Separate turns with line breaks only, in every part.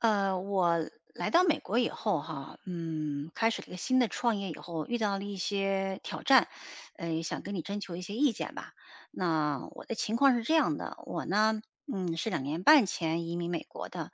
我来到美国以后哈，开始了一个新的创业以后，遇到了一些挑战，想跟你征求一些意见吧。那我的情况是这样的，我呢，是2年半前移民美国的，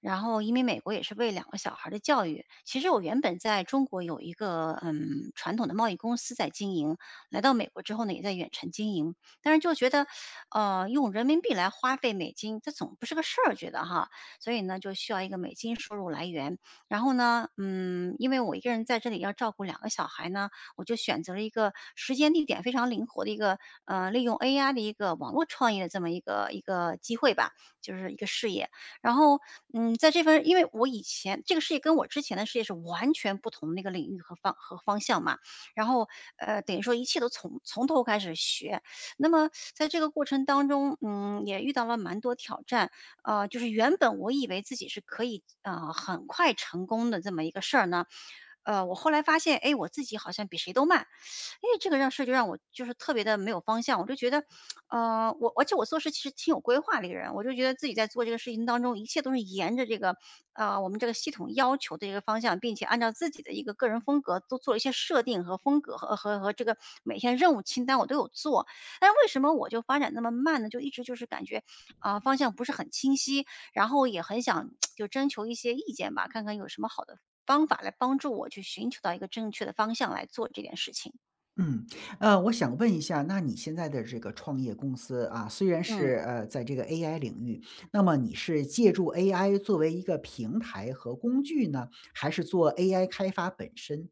然后移民美国也是为2个小孩儿的教育。其实我原本在中国有一个传统的贸易公司在经营，来到美国之后呢，也在远程经营，但是就觉得，用人民币来花费美金，这总不是个事儿，觉得哈。所以呢就需要一个美金收入来源。然后呢，因为我一个人在这里要照顾两个小孩呢，我就选择了一个时间地点非常灵活的一个，利用 AI 的一个网络创业的这么一个机会吧，就是一个事业。然后，在这份，因为我以前这个事业跟我之前的事业是完全不同的一个领域和方向嘛，然后，等于说一切都从头开始学。那么在这个过程当中，也遇到了蛮多挑战。就是原本我以为自己是可以，很快成功的这么一个事儿呢，我后来发现，哎，我自己好像比谁都慢，哎，这个让事儿就让我就是特别的没有方向，我就觉得，而且我做事其实挺有规划的一个人，我就觉得自己在做这个事情当中，一切都是沿着这个，我们这个系统要求的一个方向，并且按照自己的一个个人风格都做了一些设定和风格和这个每天任务清单我都有做，但是为什么我就发展那么慢呢？就一直就是感觉啊，方向不是很清晰，然后也很想 就征求一些意见吧，看看有什么好的方法来帮助我去寻求到一个正确的方向来做这件事情。
嗯，我想问一下，那你现在的这个创业公司啊，虽然
嗯，
是在这个 AI 领域，那么你是借助 AI 作为一个平台和工具呢，还是做 AI 开发本身？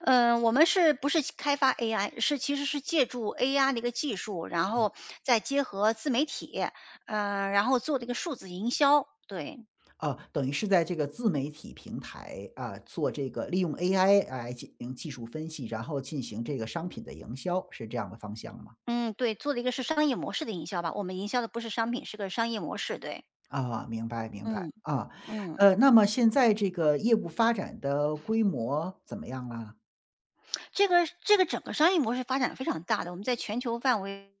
嗯，我们是不是开发 AI？是其实是借助 AI 的一个技术，然后再结合自媒体，然后做的一个数字营销。对，
啊，等于是在这个自媒体平台啊，做这个利用 AI 来进行技术分析，然后进行这个商品的营销，是这样的方向吗？
嗯，对，做的一个是商业模式的营销吧。我们营销的不是商品，是个商业模式。对，
啊，明白明白
嗯
啊，
嗯。
那么现在这个业务发展的规模怎么样啦？
这个整个商业模式发展非常大的，我们在全球范围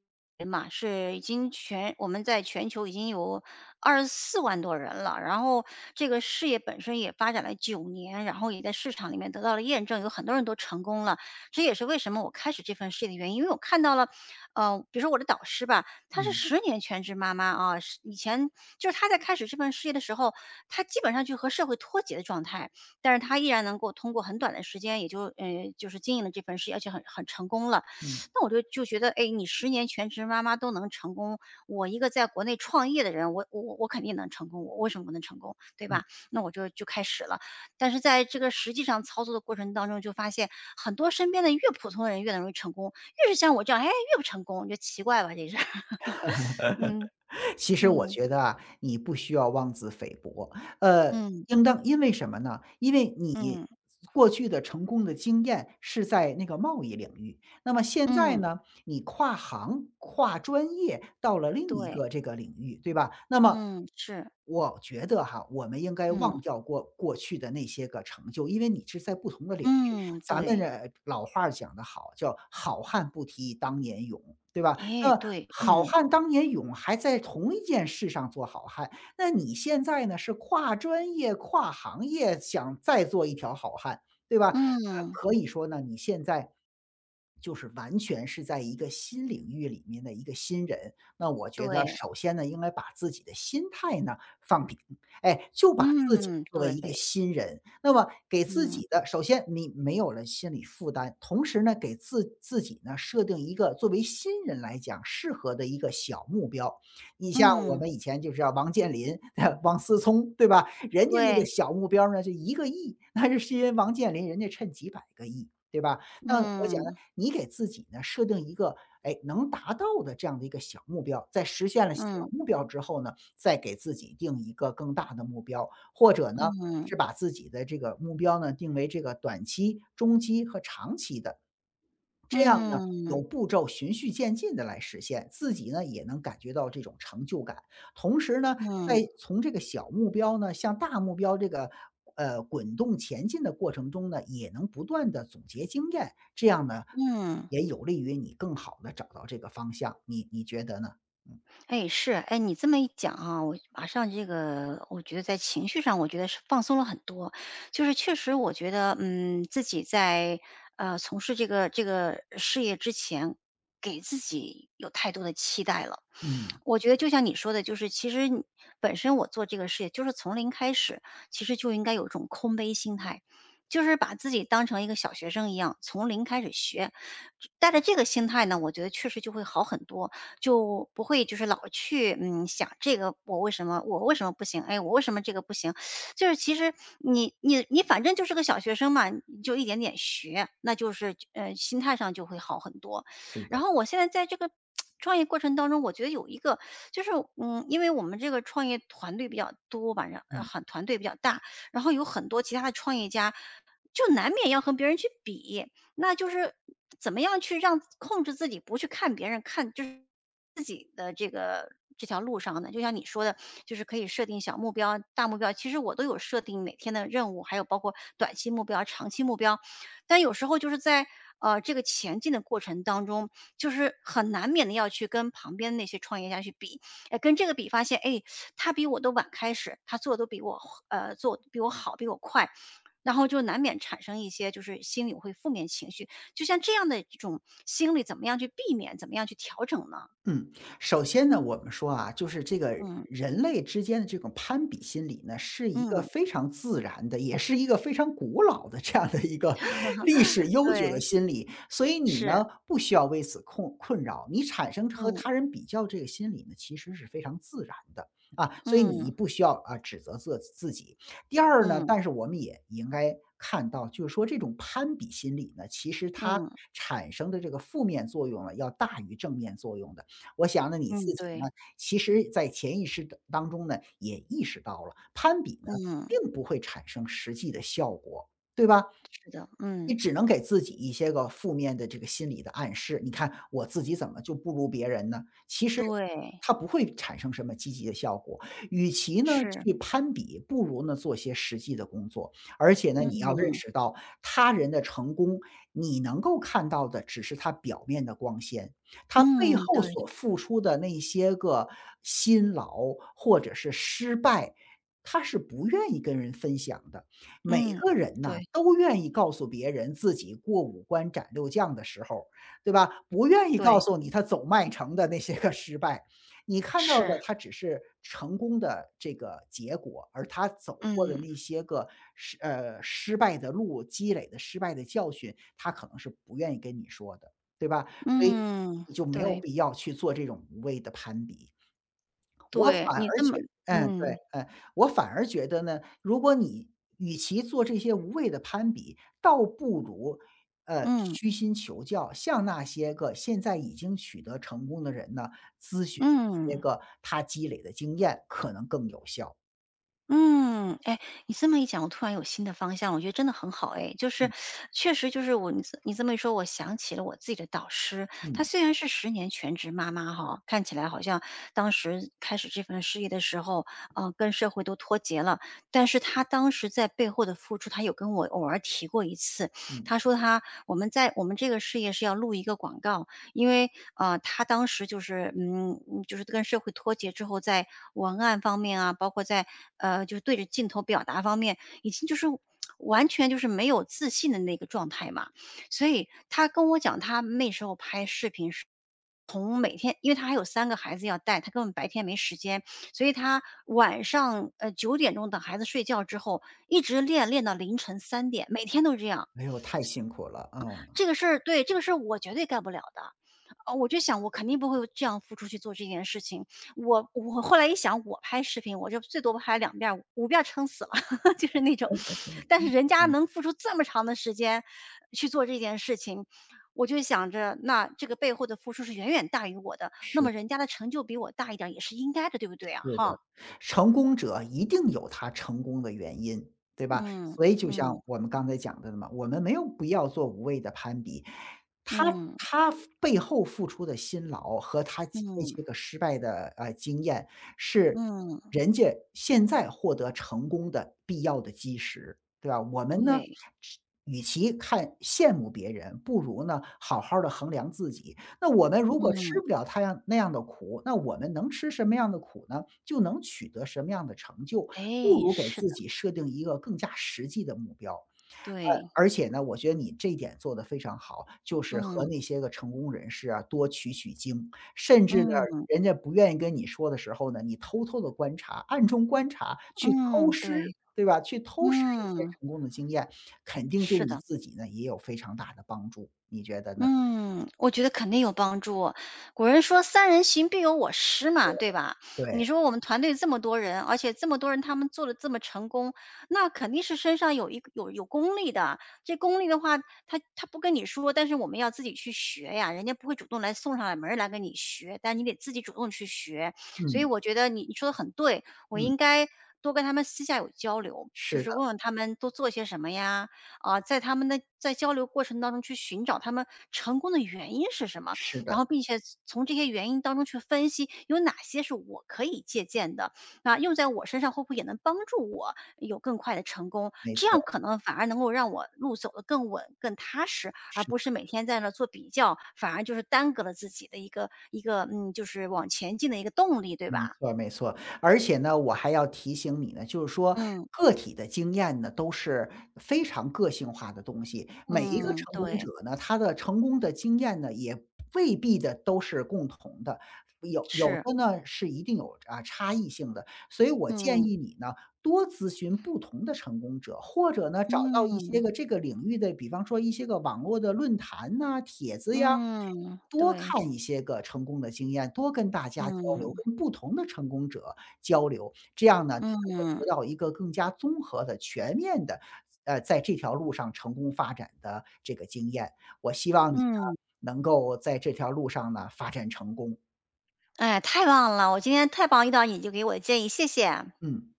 嘛，是已经全我们在全球已经有24万多人了。然后这个事业本身也发展了9年，然后也在市场里面得到了验证，有很多人都成功了。这也是为什么我开始这份事业的原因，因为我看到了，比如说我的导师吧，她是
嗯
十年全职妈妈啊，是以前就是她在开始这份事业的时候，她基本上就和社会脱节的状态。但是他依然能够通过很短的时间，也就就是经营了这份事业，而且很成功了。
嗯嗯。
那我就觉得，哎，你十年全职妈妈都能成功，我一个在国内创业的人，我肯定能成功，我为什么不能成功，对吧？那我就开始了。但是在这个实际上操作的过程当中，就发现很多身边的越普通的人越能容易成功，越是像我这样，哎，越不成功，你就奇怪吧，这是，嗯
其实我
嗯
觉得啊，你不需要妄自菲薄，呃，
嗯
应当因为什么呢？因为你
嗯
过去的成功的经验是在那个贸易领域，那么现在
嗯，
呢，你跨行、跨专业到了另一
对，
个这个领域，对吧？那么
嗯是，
我觉得哈，我们应该
嗯
忘掉过去的那些个成就，因为你是在不同的领域。
嗯
咱们
对。
老话儿讲得好，叫"好汉不提当年勇"，对吧？
诶，
那
对，
好
嗯，
汉当年勇，还在同一件事上做好汉。那你现在呢，是跨专业、跨行业，想再做一条好汉，对吧？那
嗯，
可以说呢，你现在就是完全是在一个新领域里面的一个新人。那我觉得
对，
首先呢，应该把自己的心态呢，放平，哎，就把自己
嗯，
作为
对，
一个新人，那么给自
嗯，
己的首先你没有了心理负担，同时呢，给自己呢设定一个作为新人来讲适合的一个小目标。你像我
嗯，
们以前就是要王健林、王思聪，对吧？人家那个
对，
小目标呢就一个亿，那是因为王健林人家趁几百个亿，对吧？那我讲呢，
嗯，
你给自己呢设定一个，哎，能达到的这样的一个小目标，在实现了小
嗯，
目标之后呢，再给自己定一个更大的目标，或者呢，
嗯，
是把自己的这个目标呢定为这个短期、中期和长期的，这样呢有
嗯，
步骤、循序渐进的来实现，自己呢也能感觉到这种成就感。同时呢，
嗯，
在从这个小目标呢向大目标这个滚动前进的过程中呢，也能不断的总结经验，这样呢
嗯。
也有利于你更好的找到这个方向。你觉得呢？
哎，是，哎，你这么一讲啊，我马上这个，我觉得在情绪上，我觉得是放松了很多。就是确实，我觉得，自己在从事这个事业之前，给自己有太多的期待了。
嗯，
我觉得就像你说的，就是其实你本身我做这个事业就是从零开始，其实就应该有一种空杯心态，就是把自己当成一个小学生一样，从零开始学。带着这个心态呢，我觉得确实就会好很多。就不会就是老去想这个我为什么不行？哎，我为什么这个不行？就是其实你反正就是个小学生嘛，你就一点点学，那就是心态上就会好很多。
是的，
然后我现在在这个创业过程当中，我觉得有一个就是，因为我们这个创业团队比较多吧，
嗯。
团队比较大，然后有很多其他的创业家，就难免要和别人去比，那就是怎么样去让控制自己不去看别人，看就是这条路上呢，就像你说的，就是可以设定小目标、大目标，其实我都有设定每天的任务，还有包括短期目标、长期目标。但有时候就是在这个前进的过程当中，就是很难免的要去跟旁边那些创业家去比，哎，跟这个比，发现哎，他比我都晚开始，他做的都比我做得比我好，比我快。然后就难免产生一些就是心里会负面情绪，就像这样的这种心理，怎么样去避免，怎么样去调整呢？
嗯，首先呢，我们说啊，就是这个
嗯
人类之间的这种攀比心理呢，是一个
嗯
非常自然的，也是一个非常古老的这样的一个 历史 悠久的
对，
心理。所以你呢，
是，
不需要为此困扰，你产生和他
嗯
人比较这个心理呢，其实是非常自然的啊。所以你
嗯
不需要啊指责自己。第二呢，
嗯
但是我们也应该看到，就是说这种攀比心理呢，其实它
嗯
产生的这个负面作用呢，要大于正面作用的。我想呢，你自
嗯，
己呢，
对，
其实在潜意识的当中呢，也意识到了攀比呢，
嗯，
并不会产生实际的效果，对吧？
是的，嗯，
你只能给自己一些个负面的这个心理的暗示，你看我自己怎么就不如别人呢？其实
对，
它不会产生什么积极的效果。与其呢
是，
去攀比，不如呢做些实际的工作。而且呢，你要认
嗯
识到他人的成功，你能够看到的只是他表面的光鲜，他背
嗯，
后
对，
所付出的那些个辛劳或者是失败，他是不愿意跟人分享的。每
嗯，
个人呐，
对
都愿意告诉别人自己过五关斩六将的时候，对吧？不愿意告
对，
诉你他走麦城的那些个失败，你看到的
是，
他只是成功的这个结果，而他走过的
嗯
那些个失败的路，积累的失败的教训，他可能是不愿意跟你说的，对吧？所以
嗯，
你就没有
对
必要去做这种无谓的攀比。我
对，
反
你
而
这
觉
么，
嗯，对，
嗯
嗯，我反而觉得呢，如果你与其做这些无谓的攀比，倒不如，呃，
嗯
虚心求教，向那些个现在已经取得成功的人呢，咨询一些
嗯。
个他积累的经验，可能更有效。
嗯，哎，你这么一讲，我突然有新的方向了，我觉得真的很好哎。就是
嗯，
确实就是我你这么一说，我想起了我自己的导师，她
嗯，
虽然是十年全职妈妈哈，看起来好像当时开始这份事业的时候，跟社会都脱节了，但是她当时在背后的付出，她有跟我偶尔提过一次，
嗯，
她说我们这个事业是要录一个广告，因为，他当时就是，就是跟社会脱节之后，在文案方面啊，包括在，就是对着镜头表达方面，已经就是完全就是没有自信的那个状态嘛。所以他跟我讲，他那时候拍视频是从每天，因为他还有3个孩子要带，他根本白天没时间，所以他晚上，9点钟等孩子睡觉之后，一直练到凌晨3点，每天都这样。
哎呦，太辛苦了，啊，
这个事儿，对，这个事儿我绝对干不了的。我就想我肯定不会这样付出去做这件事情。我后来一想，我拍视频，我就最多拍2遍儿5遍儿撑死了，就是那种。但
嗯，
是人家能付出这么长的时间去做这件事情，我就想着那这个背后的付出是远远大于我的，那
是。
么人家的成就比我大一点儿也是应该的，对不对啊？
是的，
哈，
成功者一定有他成功的原因，对吧？
嗯，
所以就像
嗯，
我们刚才讲的嘛，我们没有必要做无谓的攀比。他
嗯，
他背后付出的辛劳和他几那
嗯，
些个失败的经验，是
嗯，
人家现在获得成功的必要的基石，对吧？我们呢，
对，
只与其看羡慕别人，不如呢好好的衡量自己。那我们如果吃不了他样那样的苦，那我们能吃什么样的苦呢？就能取得什么样的成就，不
哎，
如给
是的，
自己设定一个更加实际的目标。呃，
对，
而且呢，我觉得你这一点做得非常好，就是和
嗯，
那些个成功人士啊多取取经，甚至呢，
嗯。
人家不愿意跟你说的时候呢，你偷偷地观察，暗中观察，去偷
嗯，
师，
对，
对吧？去偷师一些
嗯，
成功的经验，肯定对
是
你
的，
自己呢也有非常大的帮助，你觉得呢？
嗯，我觉得肯定有帮助。古人说"三人行必有我师"嘛，对吧？
对，对，
你说我们团队这么多人，而且这么多人他们做的这么成功，那肯定是身上有一个有功力的。这功力的话，他不跟你说，但是我们要自己去学呀，人家不会主动来送上来门儿来跟你学，但你得自己主动去学。所以
嗯。
我觉得你说的很对，我
嗯，
应该多跟他们私下有交流，就
是
是
的，
问问他们都做些什么呀，啊，在他们的在交流过程当中去寻找他们成功的原因是什么，
是
然
的，
后并且从这些原因当中去分析有哪些是我可以借鉴的，啊，用在我身上会不会也能帮助我有更快的成功？
没
这样
错，
可能反而能够让我路走得更稳、更踏实，而
是的，
不是每天在那做比较，反而就是耽搁了自己的一个一个嗯，就是往前进的一个动力，对
没
吧？
错，没错。而且呢，我还要提醒你呢，就是说
嗯
个体的经验呢，都是非常个性化的东西。每一个
嗯，
成功者
对，
呢，他的成功的经验呢，也未必的都是共同的，有有
是，
的呢是一定有啊差异性的。所以我建
嗯
议你呢，多咨询不同的成功者，或者呢，找到一些
嗯
个这个领域的，比方说一些个网络的论坛呐、帖子呀，
嗯，
多
对。
看一些个成功的经验，多跟大家交流，
嗯，
跟不同的成功者交流，这样呢，你能够
嗯，
得到一个更加综合的、全面的，呃，在这条路上成功发展的这个经验。我希望你呢，
嗯，
能够在这条路上呢发展成功。
哎，太棒了！我今天太棒遇到你，就给我建议，谢谢。
嗯。